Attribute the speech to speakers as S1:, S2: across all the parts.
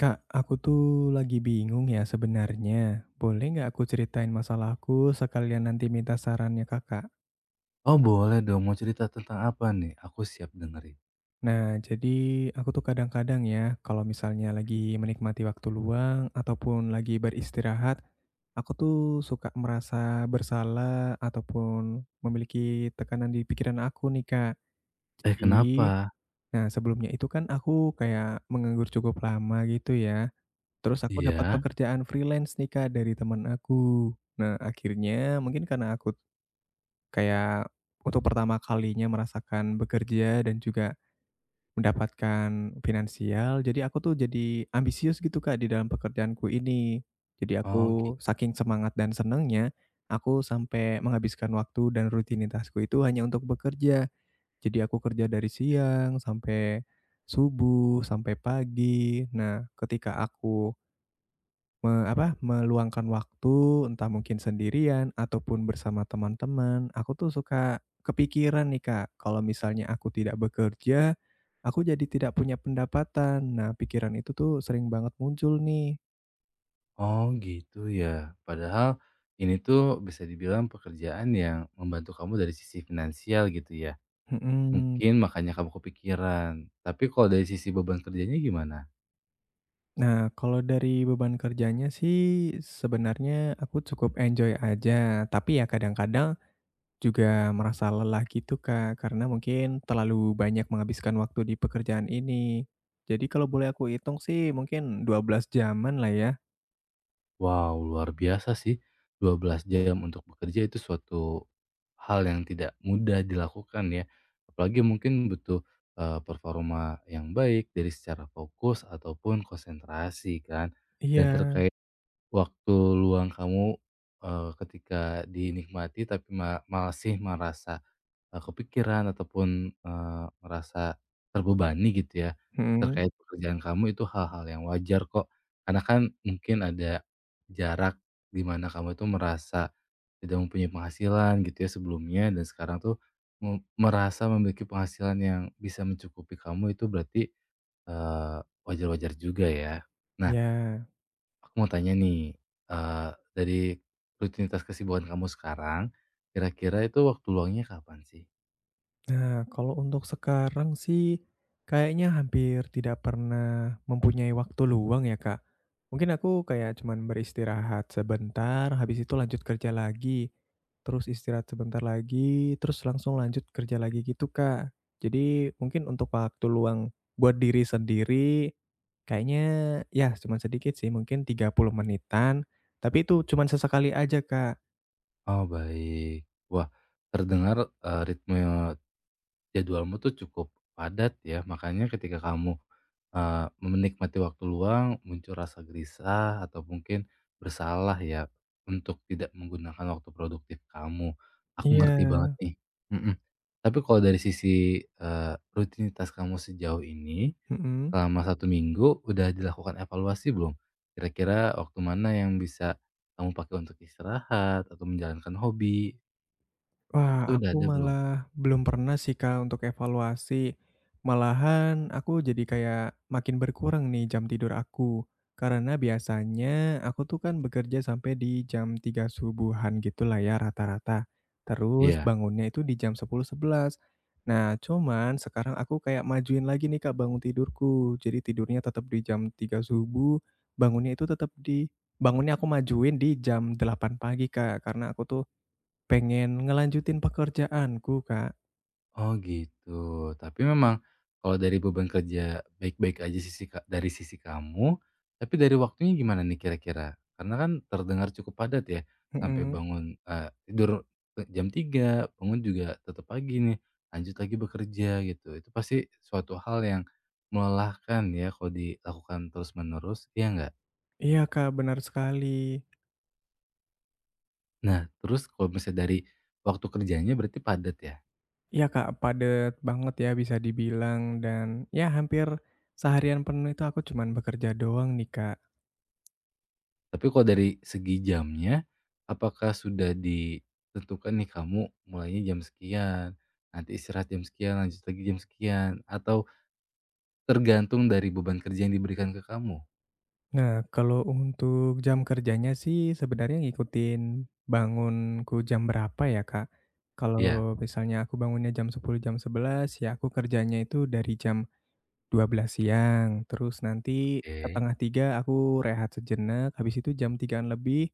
S1: Kak, aku tuh lagi bingung ya sebenarnya. Boleh nggak aku ceritain masalahku sekalian nanti minta sarannya kakak?
S2: Oh boleh dong, mau cerita tentang apa nih? Aku siap dengerin.
S1: Nah, jadi aku tuh kadang-kadang ya, kalau misalnya lagi menikmati waktu luang ataupun lagi beristirahat, aku tuh suka merasa bersalah ataupun memiliki tekanan di pikiran aku nih kak.
S2: Eh
S1: Jadi,
S2: kenapa?
S1: nah sebelumnya itu kan aku kayak menganggur cukup lama gitu ya. Terus aku dapat
S2: Iya?
S1: pekerjaan freelance nih, Kak, dari teman aku. Nah, akhirnya mungkin karena aku kayak untuk pertama kalinya merasakan bekerja dan juga mendapatkan finansial, jadi aku tuh jadi ambisius gitu, Kak, di dalam pekerjaanku ini. Jadi
S2: Oh gitu.
S1: aku saking semangat dan senangnya, aku sampai menghabiskan waktu dan rutinitasku itu hanya untuk bekerja. Jadi aku kerja dari siang sampai subuh, sampai pagi. Nah, ketika aku meluangkan waktu, entah mungkin sendirian ataupun bersama teman-teman, aku tuh suka kepikiran nih, Kak, kalau misalnya aku tidak bekerja, aku jadi tidak punya pendapatan. Nah, pikiran itu tuh sering banget muncul nih.
S2: Oh gitu ya. Padahal ini tuh bisa dibilang pekerjaan yang membantu kamu dari sisi finansial gitu ya.
S1: Mhm.
S2: Mungkin makanya kamu kepikiran. Tapi kalau dari sisi beban kerjanya gimana?
S1: Nah, kalau dari beban kerjanya sih sebenarnya aku cukup enjoy aja, tapi ya kadang-kadang juga merasa lelah gitu, Kak, karena mungkin terlalu banyak menghabiskan waktu di pekerjaan ini. Jadi kalau boleh aku hitung sih mungkin 12 jaman lah ya.
S2: Wow, luar biasa sih. 12 jam untuk bekerja itu suatu hal yang tidak mudah dilakukan ya. Apalagi mungkin butuh performa yang baik dari secara fokus ataupun konsentrasi kan. Dan
S1: Iya,
S2: terkait waktu luang kamu ketika dinikmati tapi masih merasa kepikiran ataupun, merasa terbebani gitu ya,
S1: mhm,
S2: terkait pekerjaan kamu itu hal-hal yang wajar kok. Karena kan mungkin ada jarak di mana kamu itu merasa tidak mempunyai penghasilan gitu ya sebelumnya dan sekarang tuh merasa memiliki penghasilan yang bisa mencukupi kamu itu berarti, eee, wajar-wajar juga ya. Nah,
S1: iya.
S2: aku mau tanya nih, eee, dari rutinitas kesibukan kamu sekarang, kira-kira itu waktu luangnya kapan sih?
S1: Nah, kalau untuk sekarang sih kayaknya hampir tidak pernah mempunyai waktu luang ya, Kak. Mungkin aku kayak cuman beristirahat sebentar, habis itu lanjut kerja lagi. Terus istirahat sebentar lagi, terus langsung lanjut kerja lagi gitu, Kak. Jadi mungkin untuk waktu luang buat diri sendiri kayaknya ya cuman sedikit sih, mungkin 30 menitan, tapi itu cuman sesekali aja, Kak.
S2: Oh, baik. Wah, terdengar, ritme jadwalmu tuh cukup padat ya. Makanya ketika kamu, menikmati waktu luang, muncul rasa gelisah atau mungkin bersalah ya untuk tidak menggunakan waktu produktif kamu. Aku ngerti
S1: Iya.
S2: banget nih. Mhm. Tapi kalau dari sisi, rutinitas kamu sejauh ini,
S1: Mhm.
S2: selama 1 minggu udah dilakukan evaluasi belum? Kira-kira waktu mana yang bisa kamu pakai untuk istirahat atau menjalankan hobi?
S1: Wah,
S2: Itu udah
S1: aku
S2: ada belum?
S1: malah belum pernah sih, Kak, untuk evaluasi. Malahan aku jadi kayak makin berkurang nih jam tidur aku. Karena biasanya aku tuh kan bekerja sampai di jam 3 subuhan gitulah ya rata-rata. Terus
S2: Iya.
S1: bangunnya itu di jam 10, 11. Nah, cuman sekarang aku kayak majuin lagi nih, Kak, bangun tidurku. Jadi tidurnya tetap di jam 3 subuh, bangunnya itu tetap di bangunnya aku majuin di jam 8 pagi, Kak, karena aku tuh pengen ngelanjutin pekerjaanku, Kak.
S2: Oh gitu. Tapi memang kalau dari beban kerja baik-baik aja sisi Kak, dari sisi kamu, tapi dari waktunya gimana nih kira-kira? Karena kan terdengar cukup padat ya, sampai
S1: Mhm.
S2: bangun, tidur e jam 3 bangun juga tetap pagi nih, lanjut lagi bekerja gitu. Itu pasti suatu hal yang melelahkan ya kalau dilakukan terus-menerus, iya nggak?
S1: Iya, Kak, benar sekali.
S2: Nah, terus kalau misalnya dari waktu kerjanya berarti padat ya?
S1: Iya, Kak, padat banget ya bisa dibilang dan ya hampir seharian penuh itu aku cuman bekerja doang nih, Kak.
S2: Tapi kalau dari segi jamnya, apakah sudah ditentukan nih kamu mulainya jam sekian, nanti istirahat jam sekian, lanjut lagi jam sekian, atau tergantung dari beban kerja yang diberikan ke kamu?
S1: Nah, kalau untuk jam kerjanya sih sebenarnya ngikutin bangunku jam berapa ya, Kak.
S2: Iya,
S1: Kalau misalnya aku bangunnya jam 10, jam 11 ya aku kerjanya itu dari jam 12 siang, terus nanti
S2: oke.
S1: setengah tiga aku rehat sejenak, habis itu jam tigaan lebih,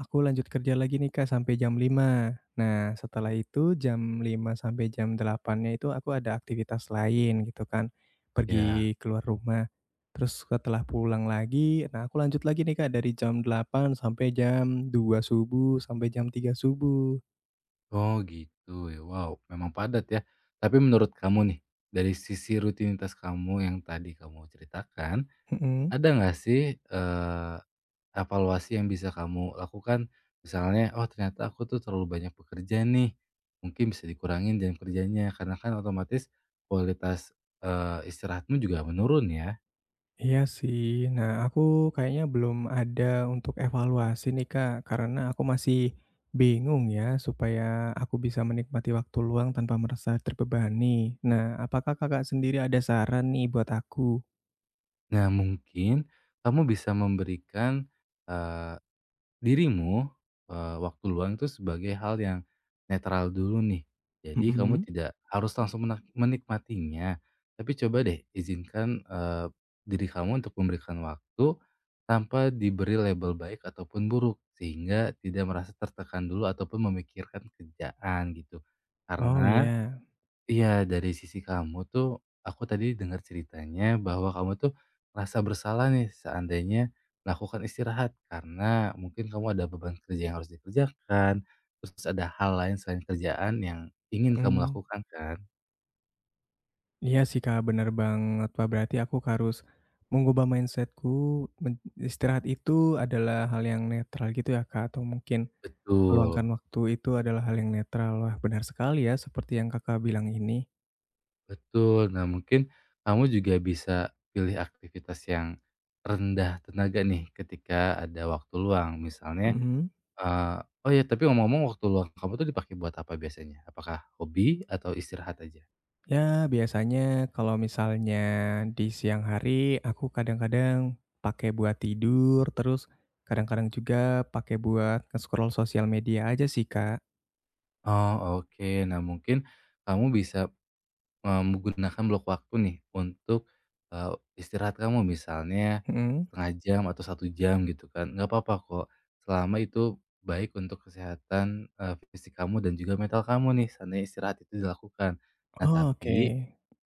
S1: aku lanjut kerja lagi nih Kak sampai jam lima. Nah, setelah itu jam lima sampai jam 08.00-nya itu aku ada aktivitas lain gitu kan,
S2: Ya.
S1: pergi keluar rumah. Terus setelah pulang lagi, nah aku lanjut lagi nih Kak dari jam delapan sampai jam dua subuh, sampai jam tiga subuh.
S2: Oh gitu ya, wow memang padat ya. Tapi menurut kamu nih, dari sisi rutinitas kamu yang tadi kamu ceritakan,
S1: Mhm.
S2: ada nggak sih, evaluasi yang bisa kamu lakukan misalnya, "Oh ternyata aku tuh terlalu banyak bekerja nih." Mungkin bisa dikurangin jam kerjanya karena kan otomatis kualitas, istirahatmu juga menurun ya.
S1: Iya sih. Nah, aku kayaknya belum ada untuk evaluasi nih, Kak, karena aku masih bingung ya supaya aku bisa menikmati waktu luang tanpa merasa terbebani. Nah, apakah Kakak sendiri ada saran nih buat aku?
S2: Nah mungkin kamu bisa memberikan, dirimu, waktu luang itu sebagai hal yang netral dulu nih. Jadi kamu
S1: Mhm.
S2: tidak harus langsung menikmatinya, tapi coba deh izinkan, diri kamu untuk memberikan waktu tanpa diberi label baik ataupun buruk, sehingga tidak merasa tertekan dulu ataupun memikirkan kerjaan gitu.
S1: Oh
S2: Karena
S1: iya,
S2: iya, dari sisi kamu tuh, aku tadi dengar ceritanya bahwa kamu tuh merasa bersalah nih seandainya melakukan istirahat karena mungkin kamu ada beban kerja yang harus dikerjakan, terus ada hal lain selain kerjaan yang ingin kamu
S1: mhm.
S2: lakukan kan?
S1: Iya sih, Kak, benar banget. Wah, berarti aku harus mengubah mindsetku? men Istirahat itu adalah hal yang netral gitu ya, Kak, atau mungkin
S2: Betul,
S1: meluangkan waktu itu adalah hal yang netral. Wah, benar sekali ya seperti yang Kakak bilang ini.
S2: betul. Nah mungkin kamu juga bisa pilih aktivitas yang rendah tenaga nih ketika ada waktu luang. Misalnya
S1: Mhm.
S2: Oh ya tapi ngomong-ngomong waktu luang kamu tuh dipakai buat apa biasanya? Apakah hobi atau istirahat aja?
S1: Ya, biasanya kalau misalnya di siang hari aku kadang-kadang pakai buat tidur, terus kadang-kadang juga pakai buat nge-scroll sosial media aja sih, Kak.
S2: Oh oke. Nah mungkin kamu bisa, menggunakan blok waktu nih untuk, eee, istirahat kamu misalnya
S1: Mhm.
S2: setengah jam atau 1 jam gitu kan, nggak apa-apa kok selama itu baik untuk kesehatan, fisik kamu dan juga mental kamu nih seandainya istirahat itu dilakukan. Nah
S1: Oh, oke.
S2: tapi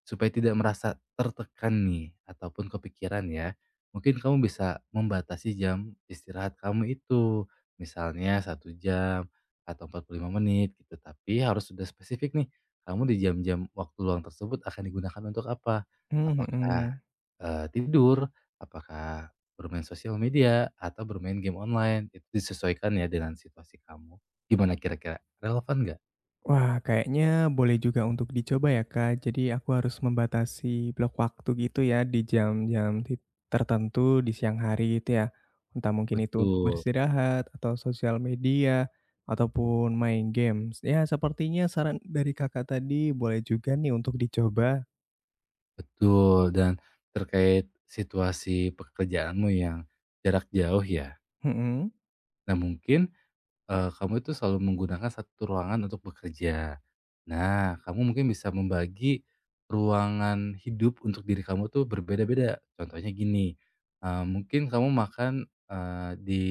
S2: supaya tidak merasa tertekan nih ataupun kepikiran ya, mungkin kamu bisa membatasi jam istirahat kamu itu. Misalnya 1 jam atau 45 menit gitu, tapi harus sudah spesifik nih, kamu di jam-jam waktu luang tersebut akan digunakan untuk apa?
S1: Mmm,
S2: Apakah,
S1: mhm.
S2: tidur, apakah bermain sosial media, atau bermain game online. Itu disesuaikan ya dengan situasi kamu. Gimana kira-kira, relevan nggak?
S1: Wah, kayaknya boleh juga untuk dicoba ya, Kak. Jadi aku harus membatasi blok waktu gitu ya di jam-jam tertentu di siang hari gitu ya. Entah mungkin itu untuk
S2: Betul.
S1: beristirahat atau sosial media ataupun main games. Ya, sepertinya saran dari Kakak tadi boleh juga nih untuk dicoba.
S2: Betul, dan terkait situasi pekerjaanmu yang jarak jauh ya.
S1: Mm-mm.
S2: Nah mungkin, kamu itu selalu menggunakan 1 ruangan untuk bekerja. Nah, kamu mungkin bisa membagi ruangan hidup untuk diri kamu tuh berbeda-beda. Contohnya gini, mungkin kamu makan, di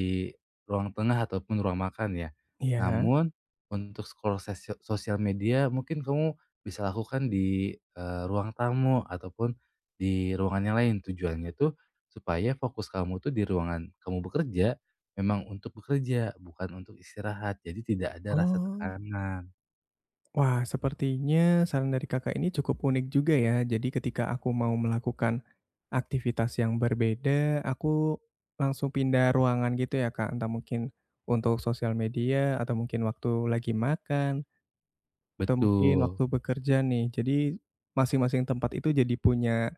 S2: ruang tengah ataupun ruang makan ya.
S1: Iya.
S2: Namun untuk scroll sosial media mungkin kamu bisa lakukan di, ruang tamu ataupun di ruangan yang lain. Tujuannya tuh supaya fokus kamu tuh di ruangan kamu bekerja memang untuk bekerja, bukan untuk istirahat, jadi tidak ada rasa
S1: Oh.
S2: tekanan.
S1: Wah, sepertinya saran dari Kakak ini cukup unik juga ya. Jadi ketika aku mau melakukan aktivitas yang berbeda, aku langsung pindah ruangan gitu ya, Kak. Entah mungkin untuk sosial media atau mungkin waktu lagi makan atau mungkin waktu
S2: Betul,
S1: bekerja nih. Jadi masing-masing tempat itu jadi punya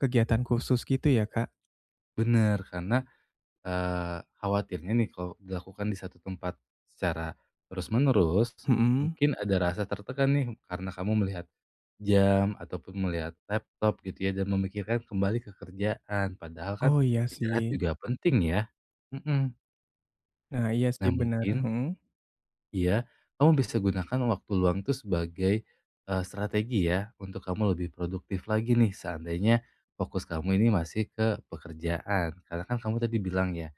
S1: kegiatan khusus gitu ya, Kak?
S2: bener, karena, khawatirnya nih kalau dilakukan di 1 tempat secara terus-menerus,
S1: Mhm.
S2: mungkin ada rasa tertekan nih karena kamu melihat jam ataupun melihat laptop gitu ya dan memikirkan kembali ke kerjaan, padahal kan
S1: Oh, iya
S2: istirahat
S1: sih.
S2: juga penting ya. Mhm.
S1: Nah, iya sih
S2: Nah
S1: benar.
S2: mungkin
S1: Mhm.
S2: iya, kamu bisa gunakan waktu luang itu sebagai strategi ya untuk kamu lebih produktif lagi nih seandainya fokus kamu ini masih ke pekerjaan. Karena kan kamu tadi bilang ya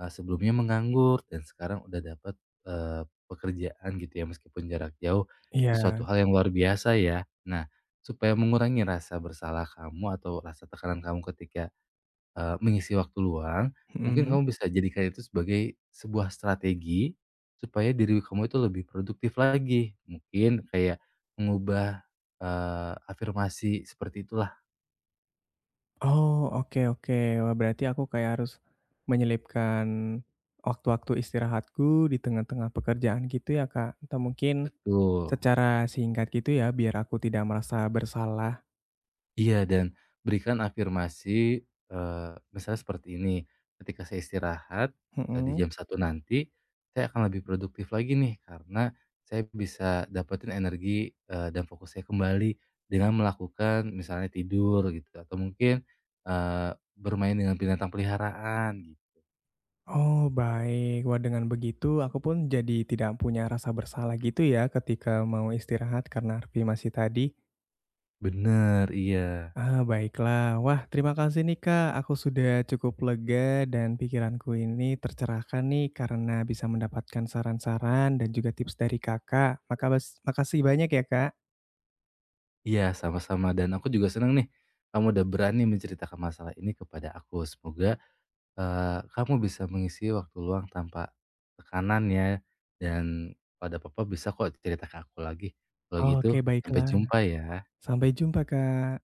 S2: sebelumnya menganggur dan sekarang udah dapat pekerjaan gitu ya meskipun jarak jauh itu
S1: Iya.
S2: suatu hal yang luar biasa ya. Nah, supaya mengurangi rasa bersalah kamu atau rasa tekanan kamu ketika mengisi waktu luang, mungkin mhm,
S1: Mhm.
S2: kamu bisa jadikan itu sebagai sebuah strategi supaya diri kamu itu lebih produktif lagi. Mungkin kayak mengubah, afirmasi seperti itulah.
S1: Oh, oke oke. Wah, berarti aku kayak harus menyelipkan waktu-waktu istirahatku di tengah-tengah pekerjaan gitu ya, Kak? Atau mungkin
S2: Betul.
S1: secara singkat gitu ya, biar aku tidak merasa bersalah?
S2: Iya, dan berikan afirmasi, misalnya seperti ini, "Ketika saya istirahat, di
S1: Mhm.
S2: jam 1 nanti, saya akan lebih produktif lagi nih, karena saya bisa dapetin energi, dan fokus saya kembali dengan melakukan misalnya tidur," gitu, atau mungkin, "bermain dengan binatang peliharaan," gitu.
S1: Oh, baik. Wah, dengan begitu aku pun jadi tidak punya rasa bersalah gitu ya ketika mau istirahat karena Harvey masih tadi.
S2: Bener, iya.
S1: Ah, baiklah. Wah, terima kasih nih Kak. Aku sudah cukup lega dan pikiranku ini tercerahkan nih karena bisa mendapatkan saran-saran dan juga tips dari Kakak. Maka makasih banyak ya Kak.
S2: Iya, sama-sama, dan aku juga senang nih kamu udah berani menceritakan masalah ini kepada aku. Semoga kamu bisa mengisi waktu luang tanpa tekanan ya, dan pada ada apa bisa kok cerita ke aku lagi. Kalau gitu,
S1: Oke,
S2: sampai
S1: baiklah.
S2: jumpa ya.
S1: Sampai jumpa Kak.